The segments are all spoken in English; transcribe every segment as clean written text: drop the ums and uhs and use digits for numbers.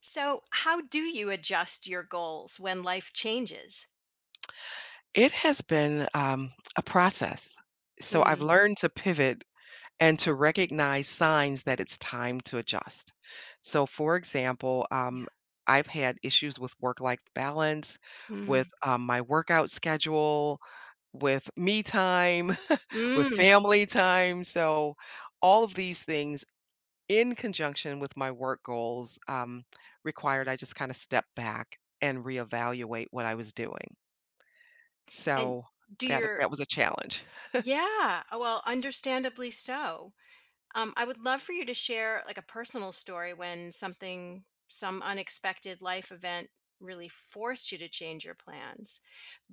So, how do you adjust your goals when life changes? It has been a process. So I've Mm. learned to pivot and to recognize signs that it's time to adjust. So, for example, Yeah. I've had issues with work-life balance, with, Mm. My workout schedule, with me time, with Mm. family time. So all of these things in conjunction with my work goals, required I just kinda step back and reevaluate what I was doing. And So Do that your that was a challenge. Yeah, well, understandably so. I would love for you to share like a personal story when something, some unexpected life event really forced you to change your plans.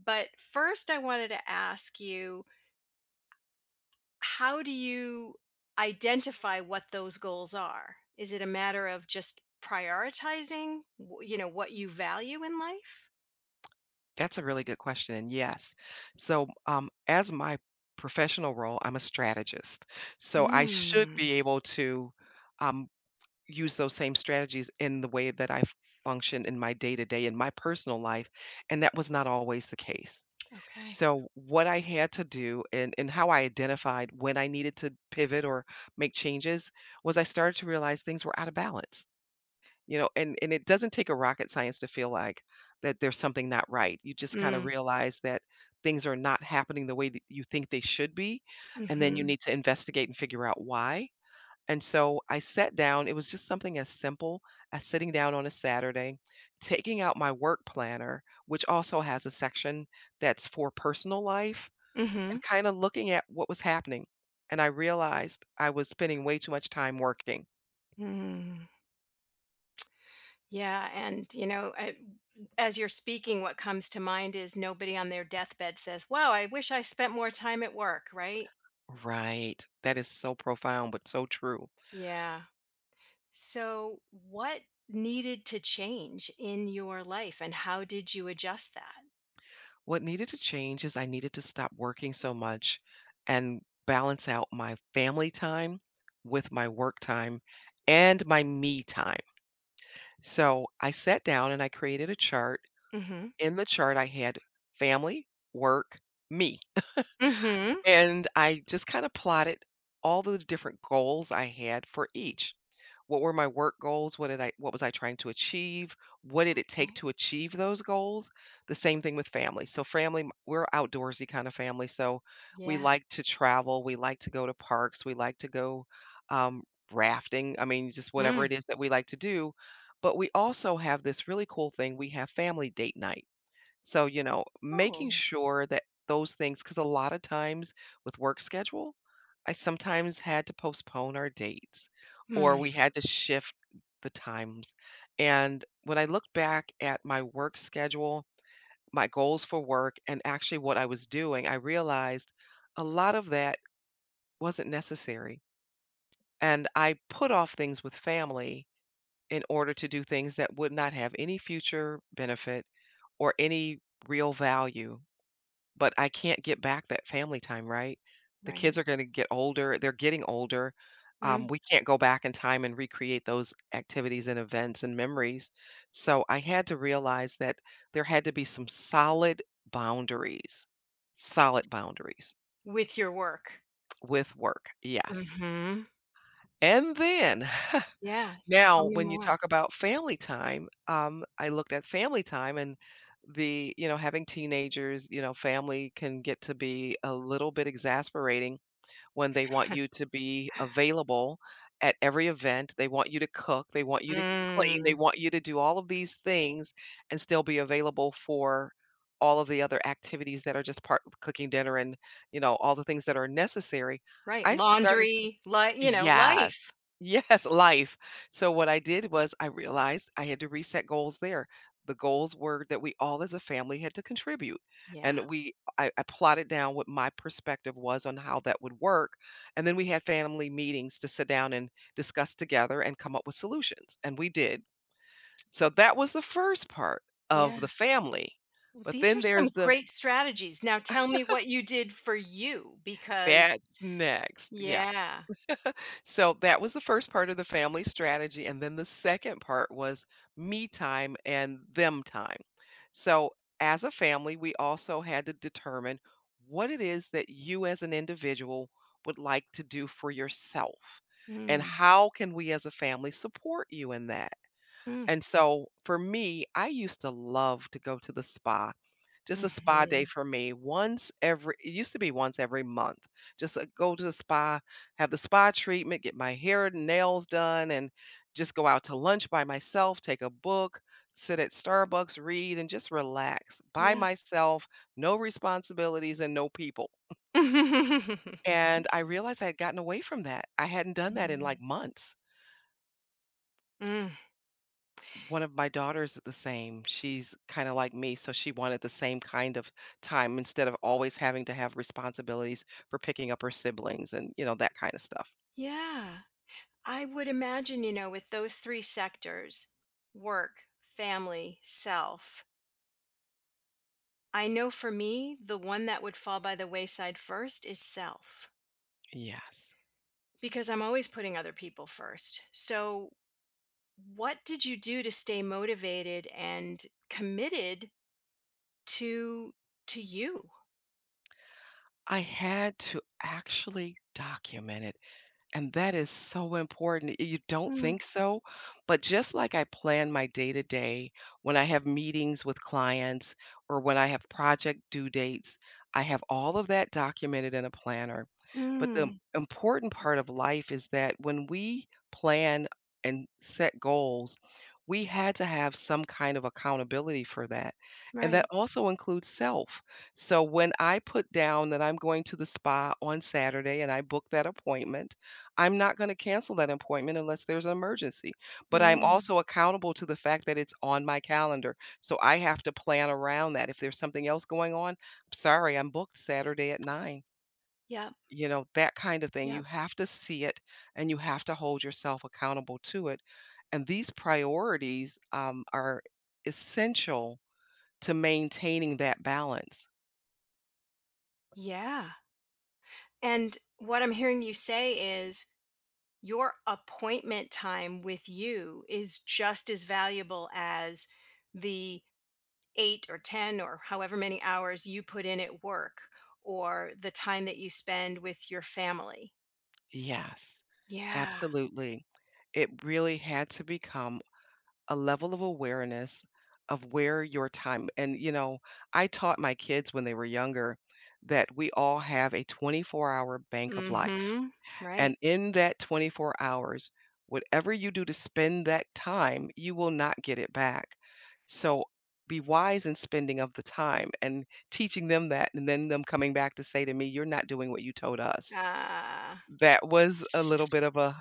But first, I wanted to ask you, how do you identify what those goals are? Is it a matter of just prioritizing, what you value in life? That's a really good question. And yes. So, as my professional role, I'm a strategist, so I should Mm. be able to, um, use those same strategies in the way that I function in my day-to-day, in my personal life, and that was not always the case. Okay. So what I had to do and how I identified when I needed to pivot or make changes was I started to realize things were out of balance. You know, and it doesn't take a rocket science to feel like that there's something not right. You just kind of Mm. realize that things are not happening the way that you think they should be, and then you Mm-hmm. need to investigate and figure out why. And so I sat down. It was just something as simple as sitting down on a Saturday, taking out my work planner, which also has a section that's for personal life, Mm-hmm. and kind of looking at what was happening. And I realized I was spending way too much time working. Mm. Yeah. And as you're speaking, what comes to mind is nobody on their deathbed says, "Wow, I wish I spent more time at work." Right? Right. That is so profound, but so true. Yeah. So, what needed to change in your life, and how did you adjust that? What needed to change is I needed to stop working so much and balance out my family time with my work time and my me time. So I sat down and I created a chart. Hmm. In the chart, I had family, work, me. Mhm. And I just kind of plotted all the different goals I had for each what were my work goals? What did I what was I trying to achieve? What did it take Right. to achieve those goals? The same thing with family. So family, we're outdoorsy kind of family. So we Yeah. like to travel, we like to go to parks, we like to go um rafting. I mean, just whatever Mm. it is that we like to do. But we also have this really cool thing. We have family date night. So, you know, making Oh. sure that those things, because a lot of times with work schedule, I sometimes had to postpone our dates Mm. or we had to shift the times. And when I look back at my work schedule, my goals for work, and actually what I was doing, I realized a lot of that wasn't necessary. And I put off things with family in order to do things that would not have any future benefit or any real value but I can't get back that family time, right? The Right. kids are gonna get older, they're getting older. Mm. We can't go back in time and recreate those activities and events and memories. So I had to realize that there had to be some boundaries, solid boundaries With your work. with work. Yes. Mhm. And then Yeah. Tell Now, me when you more. talk about family time, I looked at family time and the, you know, having teenagers, you know, family can get to be a little bit exasperating when they want you to be available at every event. They want you to cook, they want you to clean, they Mm. want you to do all of these things and still be available for all of the other activities that are just part cooking dinner and, you know, all the things that are necessary. Right. I started. Laundry. Like, Yes. life. Yes, life. So what I did was I realized I had to reset goals there. The goals were that we all as a family had to contribute. Yeah. And we I plotted down what my perspective was on how that would work. And then we had family meetings to sit down and discuss together and come up with solutions. And we did. So that was the first part Yeah. of the family. Well, But these are then some there's the great strategies. Now tell me what you did for you, because, that's next. Yeah. yeah. So that was the first part of the family strategy. And then the second part was me time and them time. So as a family, we also had to determine what it is that you as an individual would like to do for yourself. And Mm. how can we as a family support you in that? Mm. And so for me, I used to love to go to the spa. Just a spa day Mhm. for me once every it used to be once every month. Just go to the spa, have the spa treatment, get my hair and nails done and just go out to lunch by myself, take a book, sit at Starbucks, read and just relax by Yeah. myself, no responsibilities and no people. And I realized I had gotten away from that. I hadn't done that in like Mm. months. Mm. One of my daughters is the same. She's kinda like me, so she wanted the same kind of time instead of always having to have responsibilities for picking up her siblings and, you know, that kinda stuff. Yeah. I would imagine, you know, with those 3 sectors, work, family, self, I know for me, the one that would fall by the wayside first is self, Yes. because I'm always putting other people first. So, what did you do to stay motivated and committed to to you? I had to actually document it. And that is so important. You don't Mm. think so, but just like I plan my day to day, when I have meetings with clients or when I have project due dates, I have all of that documented in a planner. But the Mm. important part of life is that when we plan and set goals, we had to have some kind of accountability for that. And that Right. also includes self. So when I put down that I'm going to the spa on Saturday and I book that appointment, I'm not gonna cancel that appointment unless there's an emergency, but I'm Mm. also accountable to the fact that it's on my calendar, so I have to plan around that. If there's something else going on, "Sorry, I'm booked Saturday at 9." Yep, You know, that kind of thing. You yep. have to see it, and you have to hold yourself accountable to it, and these priorities, are essential to maintaining that balance. Yeah. And what I'm hearing you say is your appointment time with you is just as valuable as the 8 or 10 or however many hours you put in at work or the time that you spend with your family. Yes, Yeah. absolutely. It really had to become a level of awareness of where your time and you know, I taught my kids when they were younger that we all have a 24-hour bank of life. Mm-hmm. Right. And in that 24 hours, whatever you do to spend that time, you will not get it back. So be wise in spending of the time and teaching them that and then them coming back to say to me, "You're not doing what you told us." Ah, That was a little bit of a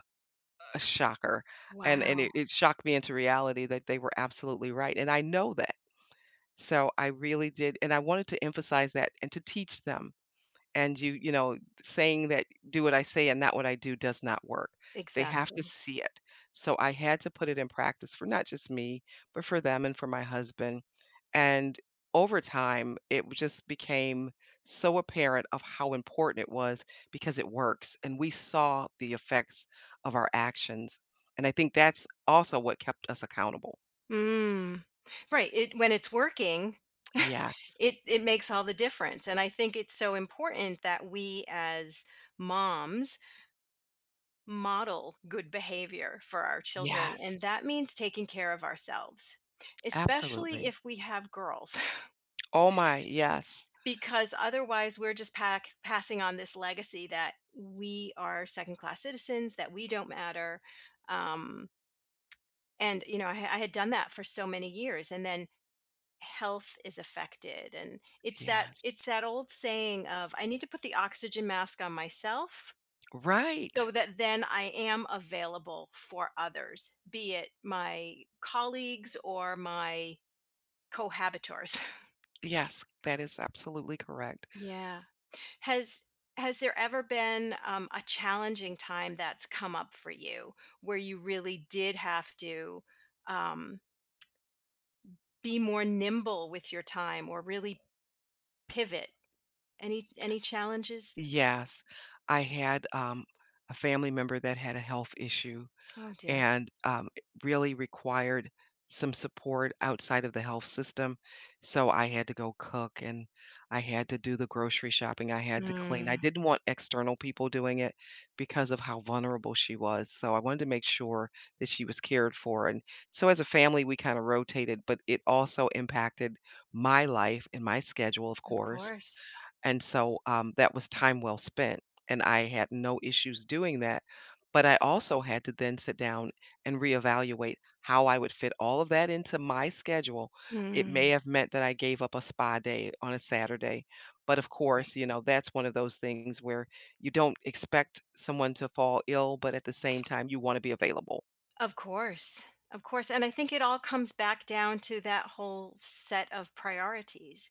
a shocker. And and it, wow. it shocked me into reality that they were absolutely right. And I know that. So I really did. And I wanted to emphasize that and to teach them, and you know, saying that do what I say and not what I do does not work. They have to Exactly. see it, so I had to put it in practice for not just me but for them and for my husband, and over time it just became so apparent of how important it was because it works, and we saw the effects of our actions, and I think that's also what kept us accountable. Mm. Right. It When it's working, Yes. it makes all the difference. And I think it's so important that we, as moms, model good behavior for our children. Yes, And that means taking care of ourselves, especially absolutely. if we have girls, Oh my, yes. because otherwise we're just passing on this legacy that we are second class citizens, that we don't matter. Um, and I had done that for so many years. And then health is affected, and it's that Yes. Old saying of I need to put the oxygen mask on myself so Right. that then I am available for others, be it my colleagues or my cohabitors. Yes, that is absolutely correct. Yeah. Has has there ever been a challenging time that's come up for you where you really did have to, um, be more nimble with your time or really pivot? Any challenges? Yes, I had a family member that had a health issue Oh dear. and it really required some support outside of the health system. So I had to go cook and I had to do the grocery shopping. I had to clean. I Mm. didn't want external people doing it because of how vulnerable she was. So I wanted to make sure that she was cared for. And so as a family, we kind of rotated, but it also impacted my life and my schedule, of Of course. course. And so, that was time well spent, and I had no issues doing that, but I also had to then sit down and reevaluate how I would fit all of that into my schedule. It Mm. may have meant that I gave up a spa day on a Saturday, but of Right. course, you know, that's one of those things where you don't expect someone to fall ill, but at the same time, you wanna be available. Of course. Of course. And I think it all comes back down to that whole set of priorities.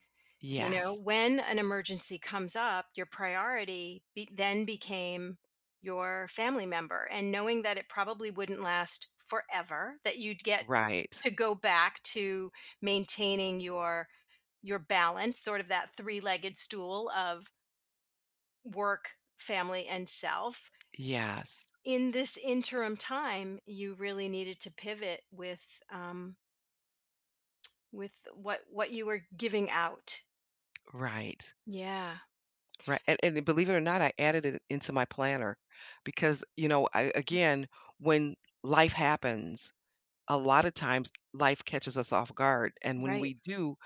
You know, Yes. when an emergency comes up, your priority then became your family member. And knowing that it probably wouldn't last forever, that you'd get Right. to go back to maintaining your balance, sort of that three-legged stool of work, family, and self. Yes. In this interim time, you really needed to pivot with, with what you were giving out. Right. Yeah, Right, and believe it or not, I added it into my planner because, you know, I that's again, when life happens, a lot of times life catches us off guard, and when right. we do,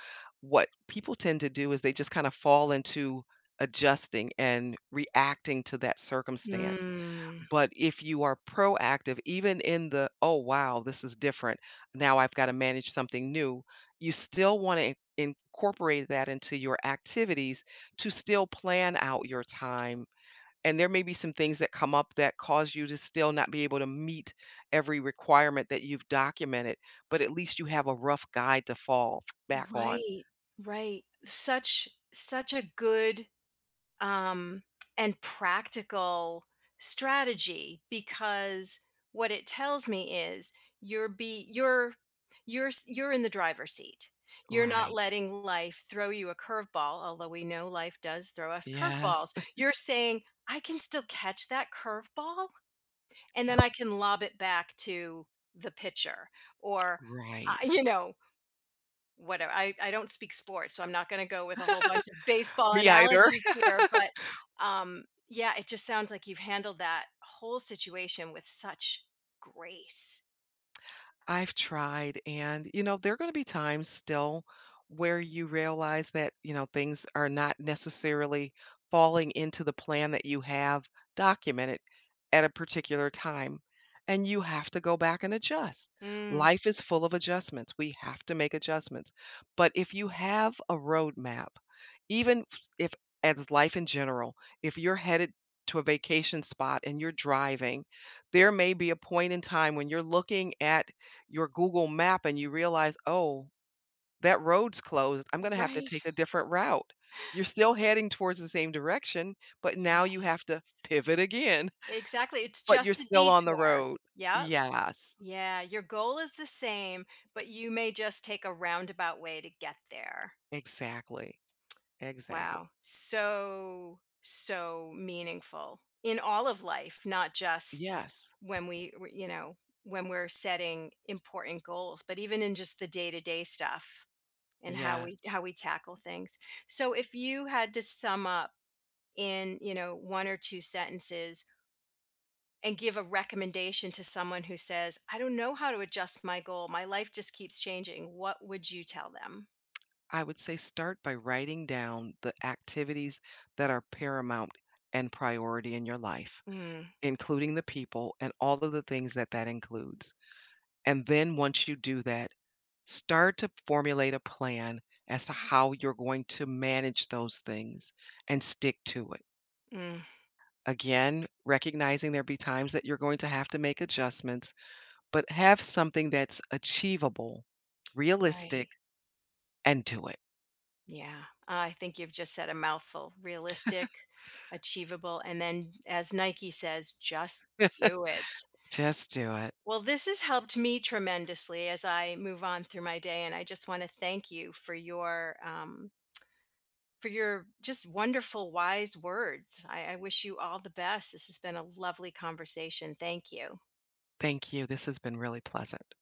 what people tend to do is they just kind of fall into adjusting and reacting to that circumstance. Mm. But if you are proactive, even in the, "Oh, wow, this is different. Now I've gotta manage something new," you still wanna incorporate that into your activities to still plan out your time. And there may be some things that come up that cause you to still not be able to meet every requirement that you've documented, but at least you have a rough guide to fall back on. Right, right. Such a good um, and practical strategy, because what it tells me is you're be you're s- you're in the driver's seat. You're not Right. letting life throw you a curveball, although we know life does throw us Yes. curveballs. You're saying, I can still catch that curveball, and Yep. then I can lob it back to the pitcher, or, uh, Right. you know, whatever. I don't speak sports, so I'm not gonna go with a whole bunch of baseball Me either. analogies here, but, um, yeah, it just sounds like you've handled that whole situation with such grace. I've tried, and, you know, there're gonna be times still where you realize that, you know, things are not necessarily falling into the plan that you have documented at a particular time, and you have to go back and adjust. Mm. Life is full of adjustments. We have to make adjustments. But if you have a roadmap, even f if as life in general, if you're headed to a vacation spot and you're driving, there may be a point in time when you're looking at your Google map and you realize, "Oh, that road's closed. I'm gonna have to Right. take a different route." You're still heading towards the same direction, but Yeah, now you have to pivot again, exactly, it's but you're just a still on the detour. road. Yep. Yes, Yeah, your goal is the same, but you may just take a roundabout way to get there. exactly, exactly. Wow. So, so meaningful in all of life, not just Yes, when we, w- you know, when we're setting important goals, but even in just the day-to-day stuff and how we yes. how we tackle things. So if you had to sum up in, you know, one or two sentences and give a recommendation to someone who says, "I don't know how to adjust my goal. My life just keeps changing." What would you tell them? I would say start by writing down the activities that are paramount and priority in your life, Mm. including the people and all of the things that that includes. And then once you do that, start to formulate a plan as to how you're going to manage those things and stick to it. Mm. Again, recognizing there be times that you're going to have to make adjustments, but have something that's achievable, Right. realistic, and do it. Yeah, I think you've just said a mouthful. Realistic, achievable, and then as Nike says, just do it. Just do it. Well, this has helped me tremendously as I move on through my day, and I just want to thank you for your just wonderful, wise words. I wish you all the best. This has been a lovely conversation. Thank you. Thank you. This has been really pleasant.